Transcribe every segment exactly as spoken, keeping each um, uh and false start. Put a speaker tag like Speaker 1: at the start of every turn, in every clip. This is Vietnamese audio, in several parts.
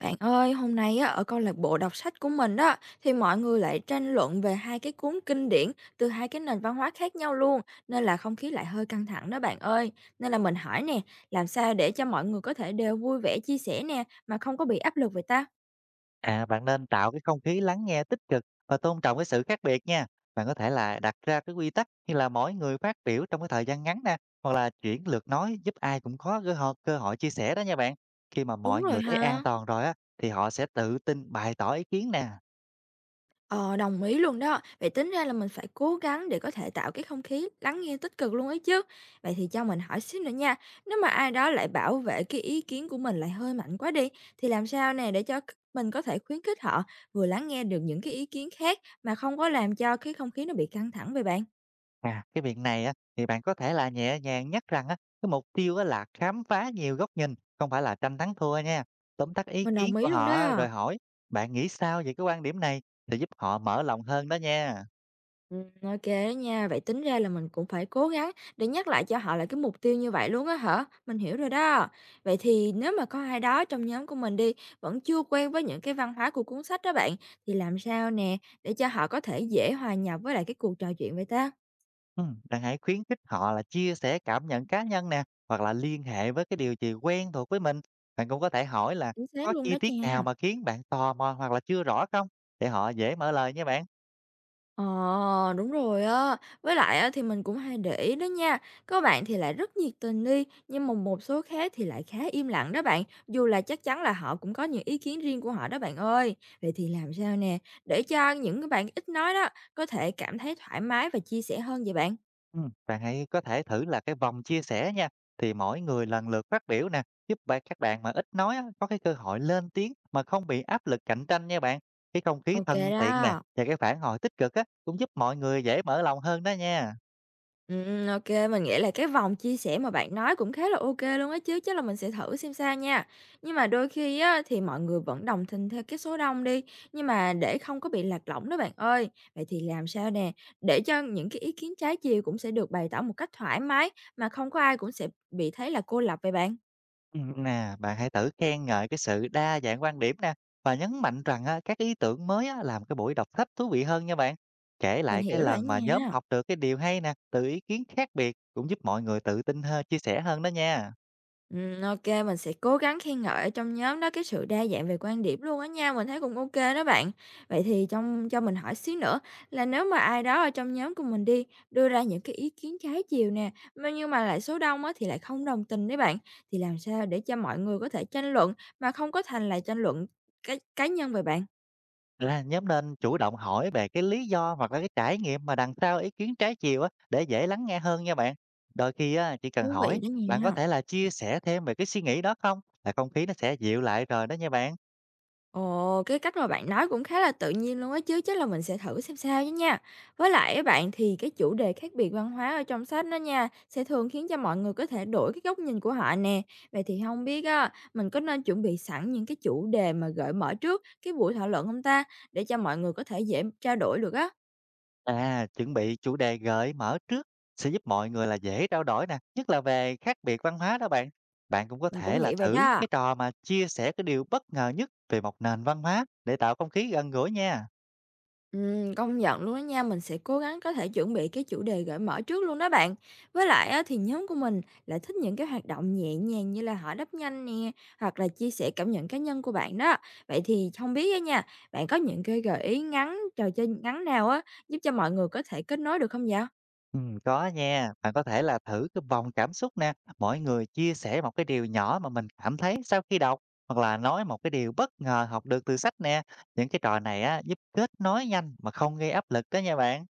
Speaker 1: Bạn ơi, hôm nay á, ở câu lạc bộ đọc sách của mình đó thì mọi người lại tranh luận về hai cái cuốn kinh điển từ hai cái nền văn hóa khác nhau luôn, nên là không khí lại hơi căng thẳng đó bạn ơi. Nên là mình hỏi nè, làm sao để cho mọi người có thể đều vui vẻ chia sẻ nè mà không có bị áp lực vậy ta?
Speaker 2: À, bạn nên tạo cái không khí lắng nghe tích cực và tôn trọng cái sự khác biệt nha. Bạn có thể là đặt ra cái quy tắc như là mỗi người phát biểu trong cái thời gian ngắn nè, hoặc là chuyển lượt nói giúp ai cũng có cơ hội, cơ hội chia sẻ đó nha bạn. Khi mà
Speaker 1: Đúng
Speaker 2: mọi
Speaker 1: rồi
Speaker 2: người thấy an
Speaker 1: ha.
Speaker 2: toàn rồi á, thì họ sẽ tự tin bày tỏ ý kiến nè.
Speaker 1: Ờ, đồng ý luôn đó. Vậy tính ra là mình phải cố gắng để có thể tạo cái không khí lắng nghe tích cực luôn ấy chứ. Vậy thì cho mình hỏi xíu nữa nha. Nếu mà ai đó lại bảo vệ cái ý kiến của mình lại hơi mạnh quá đi, thì làm sao nè để cho mình có thể khuyến khích họ vừa lắng nghe được những cái ý kiến khác mà không có làm cho cái không khí nó bị căng thẳng vậy bạn?
Speaker 2: À, cái việc này á, thì bạn có thể là nhẹ nhàng nhắc rằng á, cái mục tiêu á là khám phá nhiều góc nhìn, không phải là tranh thắng thua nha. Tóm tắt ý
Speaker 1: Mình
Speaker 2: kiến
Speaker 1: đồng
Speaker 2: của
Speaker 1: ý luôn
Speaker 2: họ
Speaker 1: đó.
Speaker 2: rồi hỏi, bạn nghĩ sao về cái quan điểm này? Thì giúp họ mở lòng hơn đó nha.
Speaker 1: Ừm, ô đó nha, vậy tính ra là mình cũng phải cố gắng để nhắc lại cho họ là cái mục tiêu như vậy luôn á hả? Mình hiểu rồi đó. Vậy thì nếu mà có ai đó trong nhóm của mình đi, vẫn chưa quen với những cái văn hóa của cuốn sách đó bạn, thì làm sao nè để cho họ có thể dễ hòa nhập với lại cái cuộc trò chuyện vậy ta?
Speaker 2: Ừm, bạn hãy khuyến khích họ là chia sẻ cảm nhận cá nhân nè, hoặc là liên hệ với cái điều gì quen thuộc với mình. Bạn cũng có thể hỏi là,
Speaker 1: Chính xác
Speaker 2: có
Speaker 1: luôn
Speaker 2: chi
Speaker 1: đó
Speaker 2: tiết nào
Speaker 1: nha.
Speaker 2: mà khiến bạn tò mò hoặc là chưa rõ không? Để họ dễ mở lời nha bạn.
Speaker 1: Ờ, đúng rồi á. Với lại á, thì mình cũng hay để ý đó nha. Có bạn thì lại rất nhiệt tình đi, nhưng mà một số khác thì lại khá im lặng đó bạn. Dù là chắc chắn là họ cũng có những ý kiến riêng của họ đó bạn ơi. Vậy thì làm sao nè, để cho những cái bạn ít nói đó có thể cảm thấy thoải mái và chia sẻ hơn vậy bạn?
Speaker 2: Ừm, bạn hãy có thể thử là cái vòng chia sẻ nha. Thì mỗi người lần lượt phát biểu nè, giúp bạn các bạn mà ít nói á, có cái cơ hội lên tiếng mà không bị áp lực cạnh tranh nha bạn. Cái không khí
Speaker 1: Ok
Speaker 2: thân thiện nè
Speaker 1: đó.
Speaker 2: và cái phản hồi tích cực á, cũng giúp mọi người dễ mở lòng hơn đó nha.
Speaker 1: Ừm, ô mình nghĩ là cái vòng chia sẻ mà bạn nói cũng khá là OK luôn á chứ, chắc là mình sẽ thử xem sao nha. Nhưng mà đôi khi á, thì mọi người vẫn đồng tình theo cái số đông đi, nhưng mà để không có bị lạc lõng đó bạn ơi. Vậy thì làm sao nè, để cho những cái ý kiến trái chiều cũng sẽ được bày tỏ một cách thoải mái, mà không có ai cũng sẽ bị thấy là cô lập vậy bạn?
Speaker 2: Ừm, nè, bạn hãy thử khen ngợi cái sự đa dạng quan điểm nè, và nhấn mạnh rằng á, các ý tưởng mới á, làm cái buổi đọc sách thú vị hơn nha bạn. Kể
Speaker 1: Mình
Speaker 2: lại cái
Speaker 1: hiểu rồi á
Speaker 2: lần mà nhóm
Speaker 1: nha.
Speaker 2: học được cái điều hay nè, từ ý kiến khác biệt cũng giúp mọi người tự tin hơn, chia sẻ hơn đó nha.
Speaker 1: Ừm, ô mình sẽ cố gắng khen ngợi ở trong nhóm đó cái sự đa dạng về quan điểm luôn á nha, mình thấy cũng OK đó bạn. Vậy thì trong cho mình hỏi xíu nữa là nếu mà ai đó ở trong nhóm của mình đi, đưa ra những cái ý kiến trái chiều nè, mà nhưng mà lại số đông á thì lại không đồng tình đấy bạn, thì làm sao để cho mọi người có thể tranh luận mà không có thành là tranh luận cá cá nhân về bạn?
Speaker 2: Là nhóm nên chủ động hỏi về cái lý do hoặc là cái trải nghiệm mà đằng sau ý kiến trái chiều á, để dễ lắng nghe hơn nha bạn. Đôi khi á, chỉ cần
Speaker 1: Thú
Speaker 2: hỏi,
Speaker 1: vị đó
Speaker 2: bạn có
Speaker 1: nha.
Speaker 2: thể là chia sẻ thêm về cái suy nghĩ đó không? Là không khí nó sẽ dịu lại rồi đó nha bạn.
Speaker 1: Ồ, cái cách mà bạn nói cũng khá là tự nhiên luôn á chứ, chắc là mình sẽ thử xem sao chứ nha. Với lại á bạn thì cái chủ đề khác biệt văn hóa ở trong sách đó nha, sẽ thường khiến cho mọi người có thể đổi cái góc nhìn của họ nè. Vậy thì không biết á, mình có nên chuẩn bị sẵn những cái chủ đề mà gợi mở trước cái buổi thảo luận không ta, để cho mọi người có thể dễ trao đổi được á.
Speaker 2: À, chuẩn bị chủ đề gợi mở trước sẽ giúp mọi người là dễ trao đổi nè, nhất là về khác biệt văn hóa đó bạn. Bạn cũng có
Speaker 1: Mình
Speaker 2: thể
Speaker 1: cũng
Speaker 2: là
Speaker 1: nghĩ vậy
Speaker 2: thử cái
Speaker 1: đó.
Speaker 2: trò mà chia sẻ cái điều bất ngờ nhất về một nền văn hóa để tạo không khí gần gũi nha.
Speaker 1: Ừm, công nhận luôn đó nha, mình sẽ cố gắng có thể chuẩn bị cái chủ đề gợi mở trước luôn đó bạn. Với lại á, thì nhóm của mình lại thích những cái hoạt động nhẹ nhàng như là hỏi đáp nhanh nè, hoặc là chia sẻ cảm nhận cá nhân của bạn đó. Vậy thì không biết á nha, bạn có những cái gợi ý ngắn, trò chơi ngắn nào á, giúp cho mọi người có thể kết nối được không vậy?
Speaker 2: Ừ, có nha, bạn có thể là thử cái vòng cảm xúc nè, mỗi người chia sẻ một cái điều nhỏ mà mình cảm thấy sau khi đọc, hoặc là nói một cái điều bất ngờ học được từ sách nè. Những cái trò này á giúp kết nối nhanh mà không gây áp lực đó nha bạn.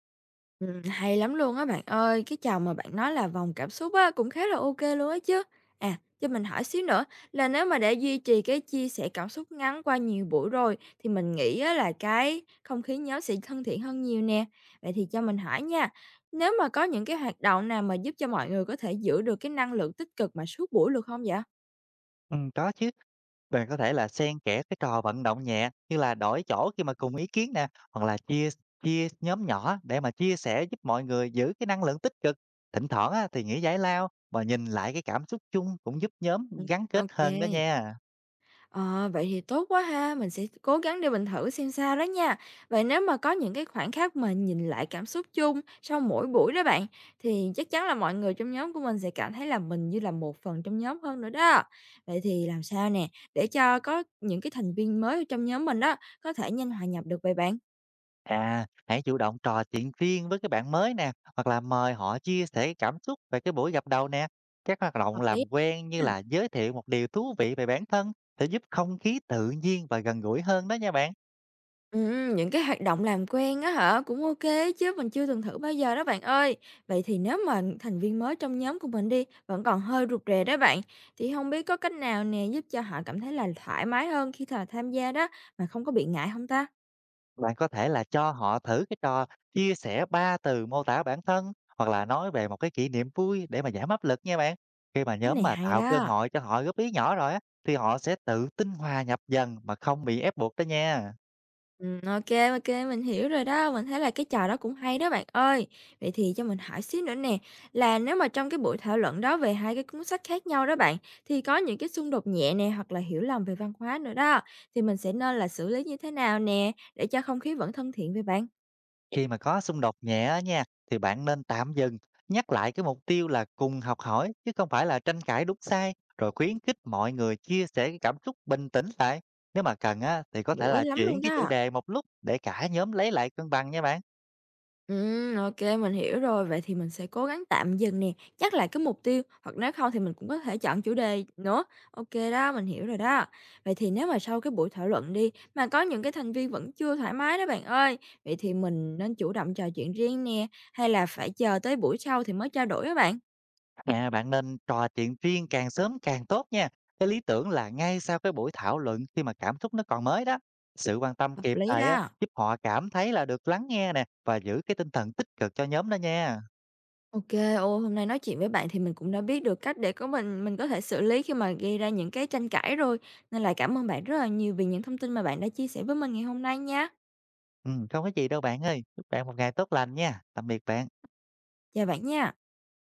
Speaker 1: Ừm, hay lắm luôn á bạn ơi, cái trò mà bạn nói là vòng cảm xúc á, cũng khá là ok luôn á chứ. À, cho mình hỏi xíu nữa là nếu mà để duy trì cái chia sẻ cảm xúc ngắn qua nhiều buổi rồi thì mình nghĩ á là cái không khí nhóm sẽ thân thiện hơn nhiều nè. Vậy thì cho mình hỏi nha, nếu mà có những cái hoạt động nào mà giúp cho mọi người có thể giữ được cái năng lượng tích cực mà suốt buổi được không vậy?
Speaker 2: Ừ, có chứ. Bạn có thể là xen kẽ cái trò vận động nhẹ như là đổi chỗ khi mà cùng ý kiến nè, hoặc là chia chia nhóm nhỏ để mà chia sẻ giúp mọi người giữ cái năng lượng tích cực. Thỉnh thoảng á, thì nghỉ giải lao và nhìn lại cái cảm xúc chung cũng giúp nhóm
Speaker 1: Ừm.
Speaker 2: gắn
Speaker 1: Ô
Speaker 2: kết hơn đó nha.
Speaker 1: Ờ, vậy thì tốt quá ha, mình sẽ cố gắng để mình thử xem sao đó nha. Vậy nếu mà có những cái khoảnh khắc mà nhìn lại cảm xúc chung sau mỗi buổi đó bạn, thì chắc chắn là mọi người trong nhóm của mình sẽ cảm thấy là mình như là một phần trong nhóm hơn nữa đó. Vậy thì làm sao nè, để cho có những cái thành viên mới ở trong nhóm mình đó có thể nhanh hòa nhập được vậy bạn?
Speaker 2: À, hãy chủ động trò chuyện riêng với các bạn mới nè, hoặc là mời họ chia sẻ cái cảm xúc về cái buổi gặp đầu nè. Các hoạt động
Speaker 1: Hợp
Speaker 2: làm
Speaker 1: lý.
Speaker 2: quen như là giới thiệu một điều thú vị về bản thân sẽ giúp không khí tự nhiên và gần gũi hơn đó nha bạn.
Speaker 1: Ừm, những cái hoạt động làm quen á hả? Cũng ok chứ, mình chưa từng thử bao giờ đó bạn ơi. Vậy thì nếu mà thành viên mới trong nhóm của mình đi, vẫn còn hơi rụt rè đó bạn, thì không biết có cách nào nè giúp cho họ cảm thấy là thoải mái hơn khi thà tham gia đó, mà không có bị ngại không ta?
Speaker 2: Bạn có thể là cho họ thử cái trò chia sẻ ba từ mô tả bản thân, hoặc là nói về một cái kỷ niệm vui để mà giảm áp lực nha bạn. Khi mà
Speaker 1: Cách
Speaker 2: nhóm
Speaker 1: này
Speaker 2: mà
Speaker 1: hay
Speaker 2: tạo cơ
Speaker 1: đó.
Speaker 2: hội cho họ góp ý nhỏ rồi á, thì họ sẽ tự tin hòa nhập dần mà không bị ép buộc đó nha.
Speaker 1: Ừm, ô kê, mình hiểu rồi đó, mình thấy là cái trò đó cũng hay đó bạn ơi. Vậy thì cho mình hỏi xíu nữa nè, là nếu mà trong cái buổi thảo luận đó về hai cái cuốn sách khác nhau đó bạn, thì có những cái xung đột nhẹ nè, hoặc là hiểu lầm về văn hóa nữa đó, thì mình sẽ nên là xử lý như thế nào nè, để cho không khí vẫn thân thiện với bạn?
Speaker 2: Khi mà có xung đột nhẹ á nha, thì bạn nên tạm dừng, nhắc lại cái mục tiêu là cùng học hỏi chứ không phải là tranh cãi đúng sai, rồi khuyến khích mọi người chia sẻ cái cảm xúc bình tĩnh lại. Nếu mà cần á thì có thể
Speaker 1: Bổ ích
Speaker 2: là
Speaker 1: lắm
Speaker 2: chuyển
Speaker 1: luôn
Speaker 2: cái chủ
Speaker 1: đó.
Speaker 2: đề một lúc để cả nhóm lấy lại cân bằng nha bạn.
Speaker 1: Ừm, ô mình hiểu rồi. Vậy thì mình sẽ cố gắng tạm dừng nè, nhắc lại cái mục tiêu, hoặc nếu không thì mình cũng có thể chọn chủ đề nữa. Ok đó, mình hiểu rồi đó. Vậy thì nếu mà sau cái buổi thảo luận đi, mà có những cái thành viên vẫn chưa thoải mái đó bạn ơi, vậy thì mình nên chủ động trò chuyện riêng nè, hay là phải chờ tới buổi sau thì mới trao đổi á bạn?
Speaker 2: À, bạn nên trò chuyện riêng càng sớm càng tốt nha. Cái lý tưởng là ngay sau cái buổi thảo luận khi mà cảm xúc nó còn mới đó. Sự quan tâm
Speaker 1: Hợp
Speaker 2: kịp
Speaker 1: lý
Speaker 2: thời á,
Speaker 1: đó.
Speaker 2: giúp họ cảm thấy là được lắng nghe nè và giữ cái tinh thần tích cực cho nhóm đó nha.
Speaker 1: Ok, ô, hôm nay nói chuyện với bạn thì mình cũng đã biết được cách để của mình mình có thể xử lý khi mà gây ra những cái tranh cãi rồi, nên là cảm ơn bạn rất là nhiều vì những thông tin mà bạn đã chia sẻ với mình ngày hôm nay nha.
Speaker 2: Ừ, không có gì đâu bạn ơi. Chúc bạn một ngày tốt lành nha. Tạm biệt bạn.
Speaker 1: Chào bạn nha.